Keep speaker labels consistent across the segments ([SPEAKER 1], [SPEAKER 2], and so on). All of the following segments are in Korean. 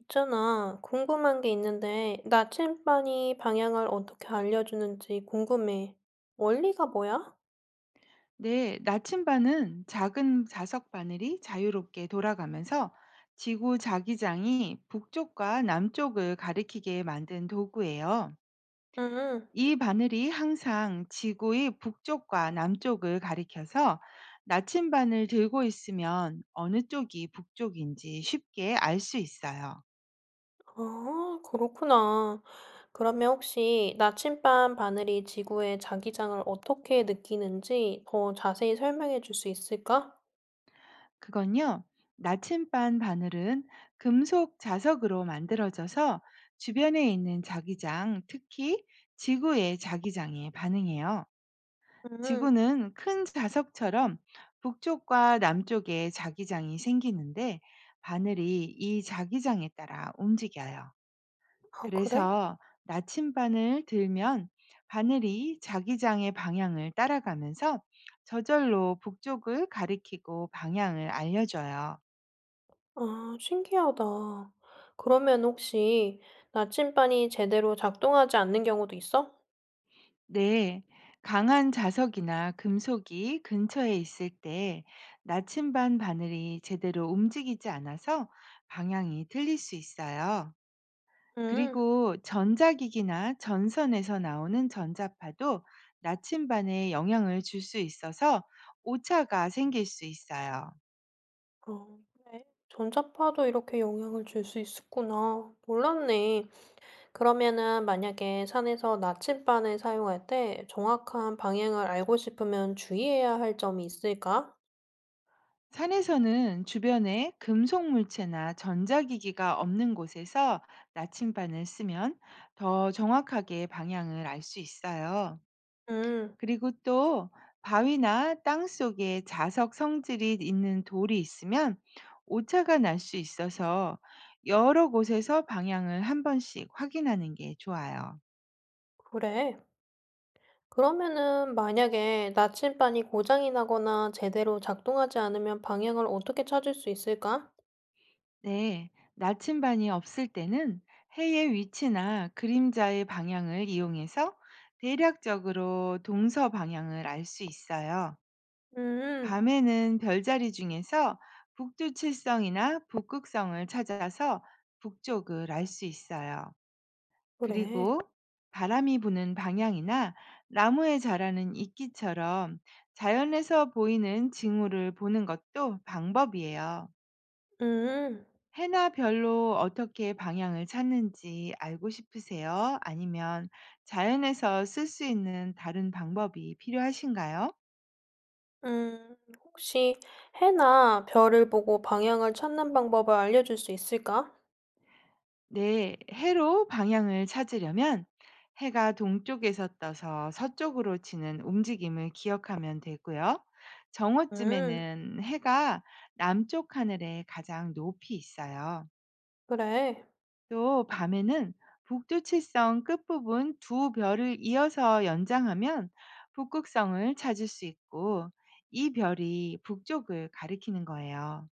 [SPEAKER 1] 있잖아, 궁금한 게 있는데, 나침반이 방향을 어떻게 알려주는지 궁금해. 원리가 뭐야?
[SPEAKER 2] 네, 나침반은 작은 자석 바늘이 자유롭게 돌아가면서 지구 자기장이 북쪽과 남쪽을 가리키게 만든 도구예요.
[SPEAKER 1] 응,
[SPEAKER 2] 이 바늘이 항상 지구의 북쪽과 남쪽을 가리켜서 나침반을 들고 있으면 어느 쪽이 북쪽인지 쉽게 알 수 있어요.
[SPEAKER 1] 아, 그렇구나. 그러면 혹시 나침반 바늘이 지구의 자기장을 어떻게 느끼는지 더 자세히 설명해 줄 수 있을까?
[SPEAKER 2] 그건요, 나침반 바늘은 금속 자석으로 만들어져서 주변에 있는 자기장, 특히 지구의 자기장에 반응해요.
[SPEAKER 1] 응,
[SPEAKER 2] 지구는 큰 자석처럼 북쪽과 남쪽에 자기장이 생기는데 바늘이 이 자기장에 따라 움직여요.
[SPEAKER 1] 아, 그래?
[SPEAKER 2] 그래서 나침반을 들면 바늘이 자기장의 방향을 따라가면서 저절로 북쪽을 가리키고 방향을 알려줘요.
[SPEAKER 1] 아, 신기하다. 그러면 혹시 나침반이 제대로 작동하지 않는 경우도 있어?
[SPEAKER 2] 네, 강한 자석이나 금속이 근처에 있을 때 나침반 바늘이 제대로 움직이지 않아서 방향이 틀릴 수 있어요.
[SPEAKER 1] 응.
[SPEAKER 2] 그리고 전자기기나 전선에서 나오는 전자파도 나침반에 영향을 줄 수 있어서 오차가 생길 수 있어요.
[SPEAKER 1] 어, 그래. 전자파도 이렇게 영향을 줄 수 있었구나. 몰랐네. 그러면은 만약에 산에서 나침반을 사용할 때 정확한 방향을 알고 싶으면 주의해야 할 점이 있을까?
[SPEAKER 2] 산에서는 주변에 금속 물체나 전자기기가 없는 곳에서 나침반을 쓰면 더 정확하게 방향을 알 수 있어요.
[SPEAKER 1] 음,
[SPEAKER 2] 그리고 또 바위나 땅 속에 자석 성질이 있는 돌이 있으면 오차가 날 수 있어서 여러 곳에서 방향을 한 번씩 확인하는 게 좋아요.
[SPEAKER 1] 그래. 그러면은 만약에 나침반이 고장이 나거나 제대로 작동하지 않으면 방향을 어떻게 찾을 수 있을까?
[SPEAKER 2] 네, 나침반이 없을 때는 해의 위치나 그림자의 방향을 이용해서 대략적으로 동서 방향을 알 수 있어요.
[SPEAKER 1] 음,
[SPEAKER 2] 밤에는 별자리 중에서 북두칠성이나 북극성을 찾아서 북쪽을 알 수 있어요.
[SPEAKER 1] 그래.
[SPEAKER 2] 그리고 바람이 부는 방향이나 나무에 자라는 이끼처럼 자연에서 보이는 징후를 보는 것도 방법이에요.
[SPEAKER 1] 음,
[SPEAKER 2] 해나 별로 어떻게 방향을 찾는지 알고 싶으세요? 아니면 자연에서 쓸 수 있는 다른 방법이 필요하신가요?
[SPEAKER 1] 음, 혹시 해나 별을 보고 방향을 찾는 방법을 알려줄 수 있을까?
[SPEAKER 2] 네, 해로 방향을 찾으려면 해가 동쪽에서 떠서 서쪽으로 치는 움직임을 기억하면 되고요.
[SPEAKER 1] 음,
[SPEAKER 2] 정오쯤에는 해가 남쪽 하늘에 가장 높이 있어요.
[SPEAKER 1] 그래,
[SPEAKER 2] 또 밤에는 북두칠성 끝부분 두 별을 이어서 연장하면 북극성을 찾을 수 있고, 이 별이 북쪽을 가리키는 거예요.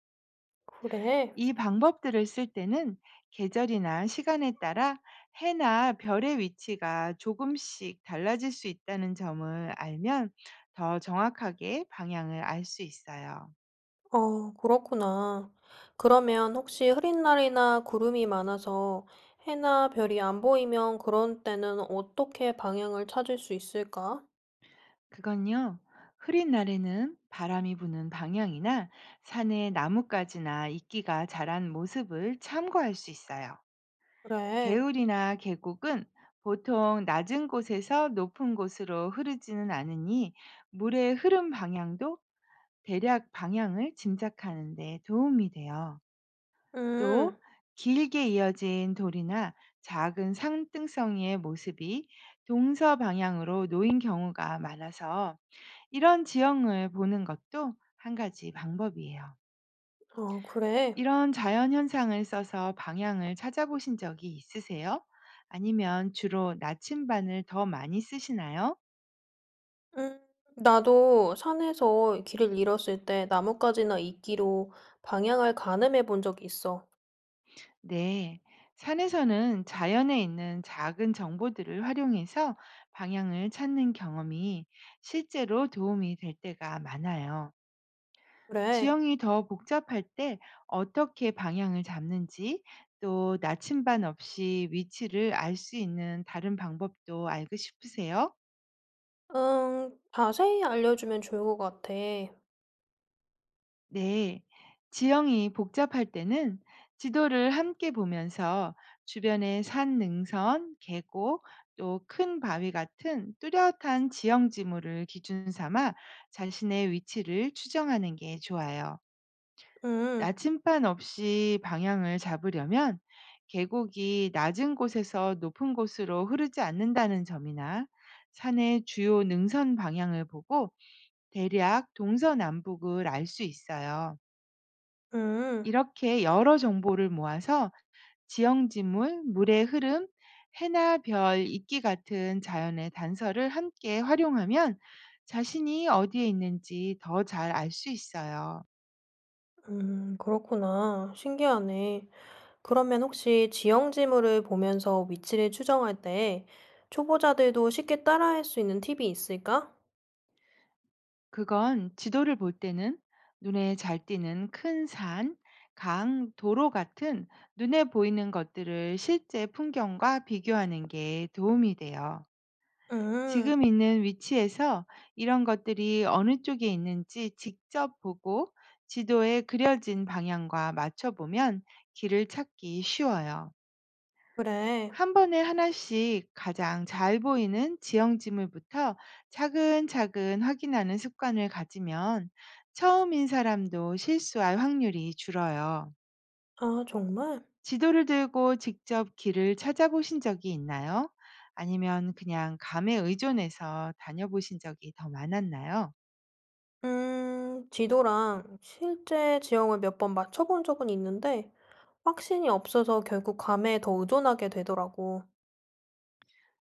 [SPEAKER 1] 그래.
[SPEAKER 2] 이 방법들을 쓸 때는 계절이나 시간에 따라 해나 별의 위치가 조금씩 달라질 수 있다는 점을 알면 더 정확하게 방향을 알 수 있어요.
[SPEAKER 1] 어, 그렇구나. 그러면 혹시 흐린 날이나 구름이 많아서 해나 별이 안 보이면 그런 때는 어떻게 방향을 찾을 수 있을까?
[SPEAKER 2] 그건요, 흐린 날에는 바람이 부는 방향이나 산의 나뭇가지나 이끼가 자란 모습을 참고할 수 있어요.
[SPEAKER 1] 그래,
[SPEAKER 2] 개울이나 계곡은 보통 낮은 곳에서 높은 곳으로 흐르지는 않으니 물의 흐름 방향도 대략 방향을 짐작하는 데 도움이 돼요.
[SPEAKER 1] 음,
[SPEAKER 2] 또 길게 이어진 돌이나 작은 상등성이의 모습이 동서 방향으로 놓인 경우가 많아서 이런 지형을 보는 것도 한 가지 방법이에요.
[SPEAKER 1] 어, 그래.
[SPEAKER 2] 이런 자연 현상을 써서 방향을 찾아보신 적이 있으세요? 아니면 주로 나침반을 더 많이 쓰시나요?
[SPEAKER 1] 음, 나도 산에서 길을 잃었을 때 나뭇가지나 이끼로 방향을 가늠해 본 적이 있어.
[SPEAKER 2] 네, 산에서는 자연에 있는 작은 정보들을 활용해서 방향을 찾는 경험이 실제로 도움이 될 때가 많아요.
[SPEAKER 1] 그래,
[SPEAKER 2] 지형이 더 복잡할 때 어떻게 방향을 잡는지, 또 나침반 없이 위치를 알 수 있는 다른 방법도 알고 싶으세요?
[SPEAKER 1] 자세히 알려주면 좋을 것 같아.
[SPEAKER 2] 네, 지형이 복잡할 때는 지도를 함께 보면서 주변의 산 능선, 계곡, 또 큰 바위 같은 뚜렷한 지형 지물을 기준 삼아 자신의 위치를 추정하는 게 좋아요.
[SPEAKER 1] 음,
[SPEAKER 2] 나침반 없이 방향을 잡으려면 계곡이 낮은 곳에서 높은 곳으로 흐르지 않는다는 점이나 산의 주요 능선 방향을 보고 대략 동서남북을 알 수 있어요.
[SPEAKER 1] 음.
[SPEAKER 2] 이렇게 여러 정보를 모아서 지형지물, 물의 흐름, 해나 별, 이끼 같은 자연의 단서를 함께 활용하면 자신이 어디에 있는지 더 잘 알 수 있어요.
[SPEAKER 1] 그렇구나. 신기하네. 그러면 혹시 지형 지물을 보면서 위치를 추정할 때 초보자들도 쉽게 따라할 수 있는 팁이 있을까?
[SPEAKER 2] 그건 지도를 볼 때는 눈에 잘 띄는 큰 산, 강, 도로 같은 눈에 보이는 것들을 실제 풍경과 비교하는 게 도움이 돼요.
[SPEAKER 1] 음,
[SPEAKER 2] 지금 있는 위치에서 이런 것들이 어느 쪽에 있는지 직접 보고 지도에 그려진 방향과 맞춰보면 길을 찾기 쉬워요.
[SPEAKER 1] 그래.
[SPEAKER 2] 한 번에 하나씩 가장 잘 보이는 지형지물부터 차근차근 확인하는 습관을 가지면 처음인 사람도 실수할 확률이 줄어요.
[SPEAKER 1] 아, 정말?
[SPEAKER 2] 지도를 들고 직접 길을 찾아보신 적이 있나요? 아니면 그냥 감에 의존해서 다녀보신 적이 더 많았나요?
[SPEAKER 1] 지도랑 실제 지형을 몇 번 맞춰본 적은 있는데 확신이 없어서 결국 감에 더 의존하게 되더라고.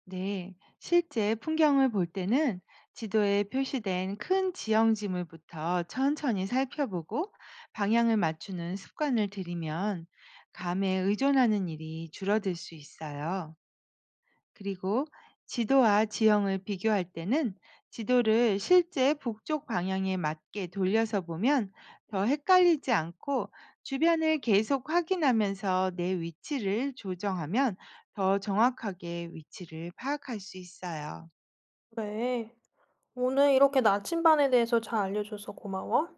[SPEAKER 2] 네, 실제 풍경을 볼 때는 지도에 표시된 큰 지형지물부터 천천히 살펴보고 방향을 맞추는 습관을 들이면 감에 의존하는 일이 줄어들 수 있어요. 그리고 지도와 지형을 비교할 때는 지도를 실제 북쪽 방향에 맞게 돌려서 보면 더 헷갈리지 않고, 주변을 계속 확인하면서 내 위치를 조정하면 더 정확하게 위치를 파악할 수 있어요.
[SPEAKER 1] 그래. 오늘 이렇게 나침반에 대해서 잘 알려줘서 고마워.